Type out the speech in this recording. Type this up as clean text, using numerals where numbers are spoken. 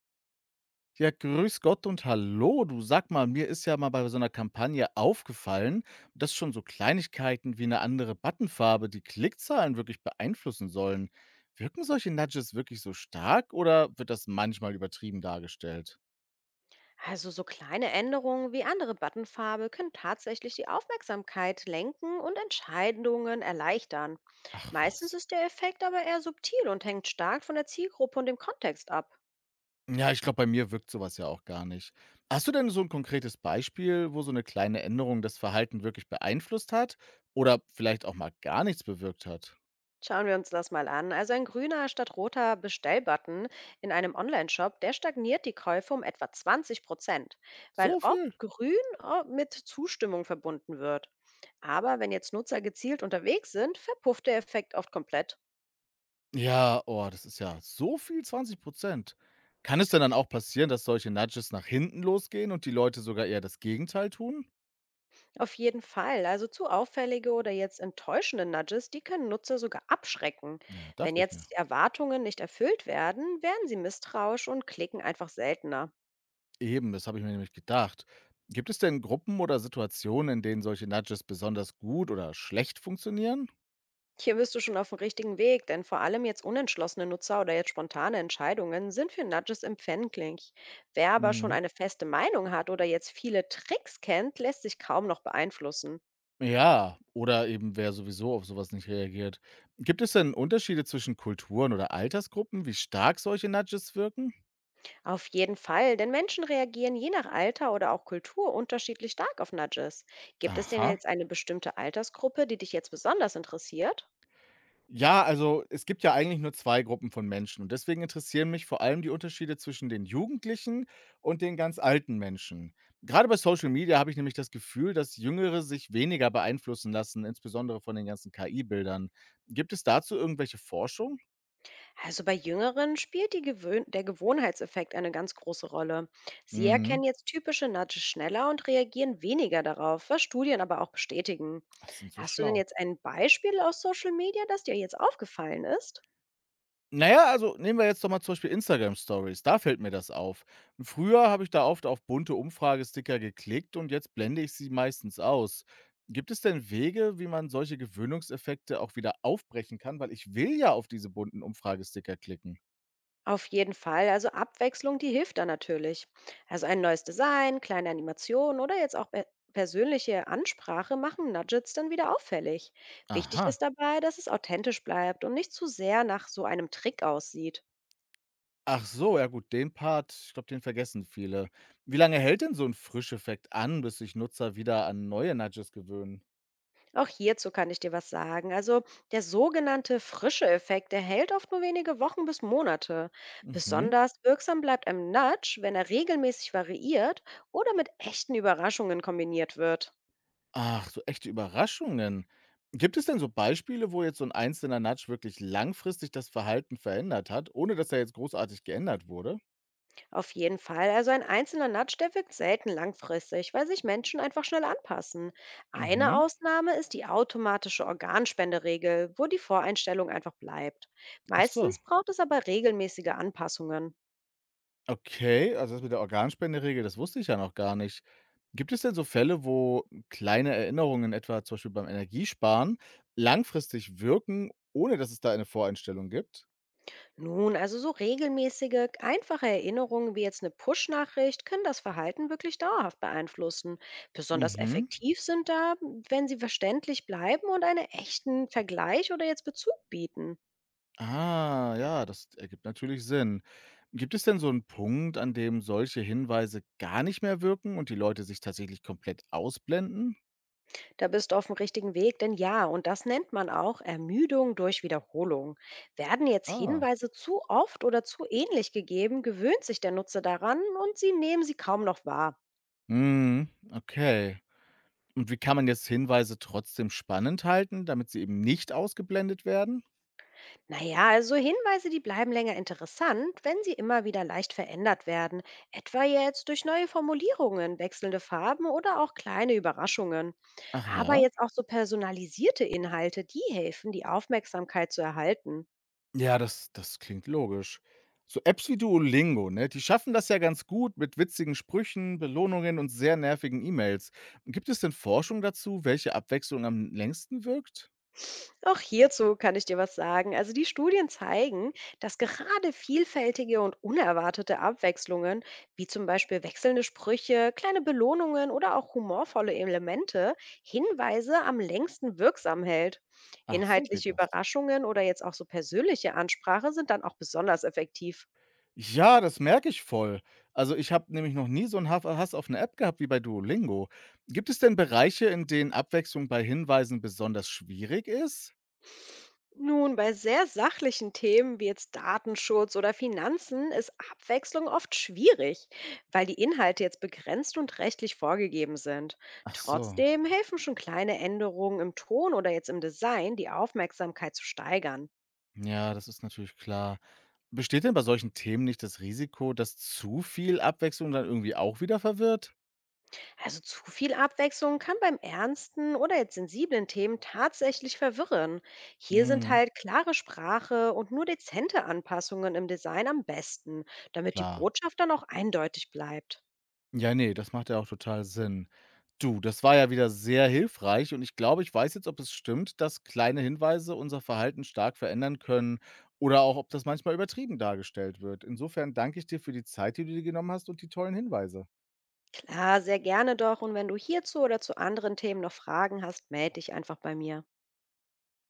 Ja, grüß Gott und hallo. Du, sag mal, mir ist ja mal bei so einer Kampagne aufgefallen, dass schon so Kleinigkeiten wie eine andere Buttonfarbe die Klickzahlen wirklich beeinflussen sollen. Wirken solche Nudges wirklich so stark oder wird das manchmal übertrieben dargestellt? Also so kleine Änderungen wie andere Buttonfarbe können tatsächlich die Aufmerksamkeit lenken und Entscheidungen erleichtern. Ach Meistens was. ist der Effekt aber eher subtil und hängt stark von der Zielgruppe und dem Kontext ab. Ja, ich glaube, bei mir wirkt sowas ja auch gar nicht. Hast du denn so ein konkretes Beispiel, wo so eine kleine Änderung das Verhalten wirklich beeinflusst hat oder vielleicht auch mal gar nichts bewirkt hat? Schauen wir uns das mal an. Also ein grüner statt roter Bestellbutton in einem Online-Shop, der stagniert die Käufe um etwa 20%, weil So viel? oft grün mit Zustimmung verbunden wird. Aber wenn jetzt Nutzer gezielt unterwegs sind, verpufft der Effekt oft komplett. Ja, oh, das ist ja so viel, 20%. Kann es denn dann auch passieren, dass solche Nudges nach hinten losgehen und die Leute sogar eher das Gegenteil tun? Auf jeden Fall. Also zu auffällige oder jetzt enttäuschende Nudges, die können Nutzer sogar abschrecken. Ja, Wenn dachte ich mir. jetzt Erwartungen nicht erfüllt werden, werden sie misstrauisch und klicken einfach seltener. Eben, das habe ich mir nämlich gedacht. Gibt es denn Gruppen oder Situationen, in denen solche Nudges besonders gut oder schlecht funktionieren? Hier bist du schon auf dem richtigen Weg, denn vor allem jetzt unentschlossene Nutzer oder jetzt spontane Entscheidungen sind für Nudges empfänglich. Wer aber schon Mhm. eine feste Meinung hat oder jetzt viele Tricks kennt, lässt sich kaum noch beeinflussen. Ja, oder eben wer sowieso auf sowas nicht reagiert. Gibt es denn Unterschiede zwischen Kulturen oder Altersgruppen, wie stark solche Nudges wirken? Auf jeden Fall, denn Menschen reagieren je nach Alter oder auch Kultur unterschiedlich stark auf Nudges. Gibt es denn Aha. jetzt eine bestimmte Altersgruppe, die dich jetzt besonders interessiert? Ja, also es gibt ja eigentlich nur 2 Gruppen von Menschen und deswegen interessieren mich vor allem die Unterschiede zwischen den Jugendlichen und den ganz alten Menschen. Gerade bei Social Media habe ich nämlich das Gefühl, dass Jüngere sich weniger beeinflussen lassen, insbesondere von den ganzen KI-Bildern. Gibt es dazu irgendwelche Forschung? Also bei Jüngeren spielt die Gewöhn der Gewohnheitseffekt eine ganz große Rolle. Sie Mhm. erkennen jetzt typische Nudges schneller und reagieren weniger darauf, was Studien aber auch bestätigen. Das sind so Hast du denn schlau. jetzt ein Beispiel aus Social Media, das dir jetzt aufgefallen ist? Na ja, also nehmen wir jetzt doch mal zum Beispiel Instagram Stories, da fällt mir das auf. Früher habe ich da oft auf bunte Umfragesticker geklickt und jetzt blende ich sie meistens aus. Gibt es denn Wege, wie man solche Gewöhnungseffekte auch wieder aufbrechen kann? Weil ich will ja auf diese bunten Umfragesticker klicken. Auf jeden Fall, also Abwechslung, die hilft da natürlich. Also ein neues Design, kleine Animationen oder jetzt auch persönliche Ansprache machen Nudgets dann wieder auffällig. Wichtig Aha. ist dabei, dass es authentisch bleibt und nicht zu sehr nach so einem Trick aussieht. Ach so, ja gut, den Part, ich glaube, den vergessen viele. Wie lange hält denn so ein Frischeffekt an, bis sich Nutzer wieder an neue Nudges gewöhnen? Auch hierzu kann ich dir was sagen. Also der sogenannte frische Effekt, der hält oft nur wenige Wochen bis Monate. Mhm. Besonders wirksam bleibt ein Nudge, wenn er regelmäßig variiert oder mit echten Überraschungen kombiniert wird. Ach, so echte Überraschungen. Gibt es denn so Beispiele, wo jetzt so ein einzelner Nudge wirklich langfristig das Verhalten verändert hat, ohne dass er jetzt großartig geändert wurde? Auf jeden Fall, also ein einzelner Nudge, der wirkt selten langfristig, weil sich Menschen einfach schnell anpassen. Eine Mhm. Ausnahme ist die automatische Organspenderegel, wo die Voreinstellung einfach bleibt. Ach so. Meistens braucht es aber regelmäßige Anpassungen. Okay, also das mit der Organspenderegel, das wusste ich ja noch gar nicht. Gibt es denn so Fälle, wo kleine Erinnerungen, etwa zum Beispiel beim Energiesparen, langfristig wirken, ohne dass es da eine Voreinstellung gibt? Nun, also so regelmäßige, einfache Erinnerungen wie jetzt eine Push-Nachricht können das Verhalten wirklich dauerhaft beeinflussen. Besonders Mhm. effektiv sind da, wenn sie verständlich bleiben und einen echten Vergleich oder jetzt Bezug bieten. Ah, ja, das ergibt natürlich Sinn. Gibt es denn so einen Punkt, an dem solche Hinweise gar nicht mehr wirken und die Leute sich tatsächlich komplett ausblenden? Da bist du auf dem richtigen Weg, denn ja, und das nennt man auch Ermüdung durch Wiederholung. Werden jetzt Ah. Hinweise zu oft oder zu ähnlich gegeben, gewöhnt sich der Nutzer daran und sie nehmen sie kaum noch wahr. Mhm, okay. Und wie kann man jetzt Hinweise trotzdem spannend halten, damit sie eben nicht ausgeblendet werden? Naja, also Hinweise, die bleiben länger interessant, wenn sie immer wieder leicht verändert werden. Etwa jetzt durch neue Formulierungen, wechselnde Farben oder auch kleine Überraschungen. Ach Aber ja? jetzt auch so personalisierte Inhalte, die helfen, die Aufmerksamkeit zu erhalten. Ja, das klingt logisch. So Apps wie Duolingo, ne, die schaffen das ja ganz gut mit witzigen Sprüchen, Belohnungen und sehr nervigen E-Mails. Gibt es denn Forschung dazu, welche Abwechslung am längsten wirkt? Auch hierzu kann ich dir was sagen. Also die Studien zeigen, dass gerade vielfältige und unerwartete Abwechslungen, wie zum Beispiel wechselnde Sprüche, kleine Belohnungen oder auch humorvolle Elemente, Hinweise am längsten wirksam hält. Ach so Inhaltliche geht das. Überraschungen oder jetzt auch so persönliche Ansprache sind dann auch besonders effektiv. Ja, das merke ich voll. Also, ich habe nämlich noch nie so einen Haf Hass auf eine App gehabt wie bei Duolingo. Gibt es denn Bereiche, in denen Abwechslung bei Hinweisen besonders schwierig ist? Nun, bei sehr sachlichen Themen wie jetzt Datenschutz oder Finanzen ist Abwechslung oft schwierig, weil die Inhalte jetzt begrenzt und rechtlich vorgegeben sind. Ach so. Trotzdem helfen schon kleine Änderungen im Ton oder jetzt im Design, die Aufmerksamkeit zu steigern. Ja, das ist natürlich klar. Besteht denn bei solchen Themen nicht das Risiko, dass zu viel Abwechslung dann irgendwie auch wieder verwirrt? Also zu viel Abwechslung kann beim ernsten oder jetzt sensiblen Themen tatsächlich verwirren. Hier sind Mhm, halt klare Sprache und nur dezente Anpassungen im Design am besten, damit die klar. Botschaft dann auch eindeutig bleibt. Ja, nee, das macht ja auch total Sinn. Du, das war ja wieder sehr hilfreich und ich glaube, ich weiß jetzt, ob es stimmt, dass kleine Hinweise unser Verhalten stark verändern können oder auch, ob das manchmal übertrieben dargestellt wird. Insofern danke ich dir für die Zeit, die du dir genommen hast und die tollen Hinweise. Klar, sehr gerne doch. Und wenn du hierzu oder zu anderen Themen noch Fragen hast, melde dich einfach bei mir.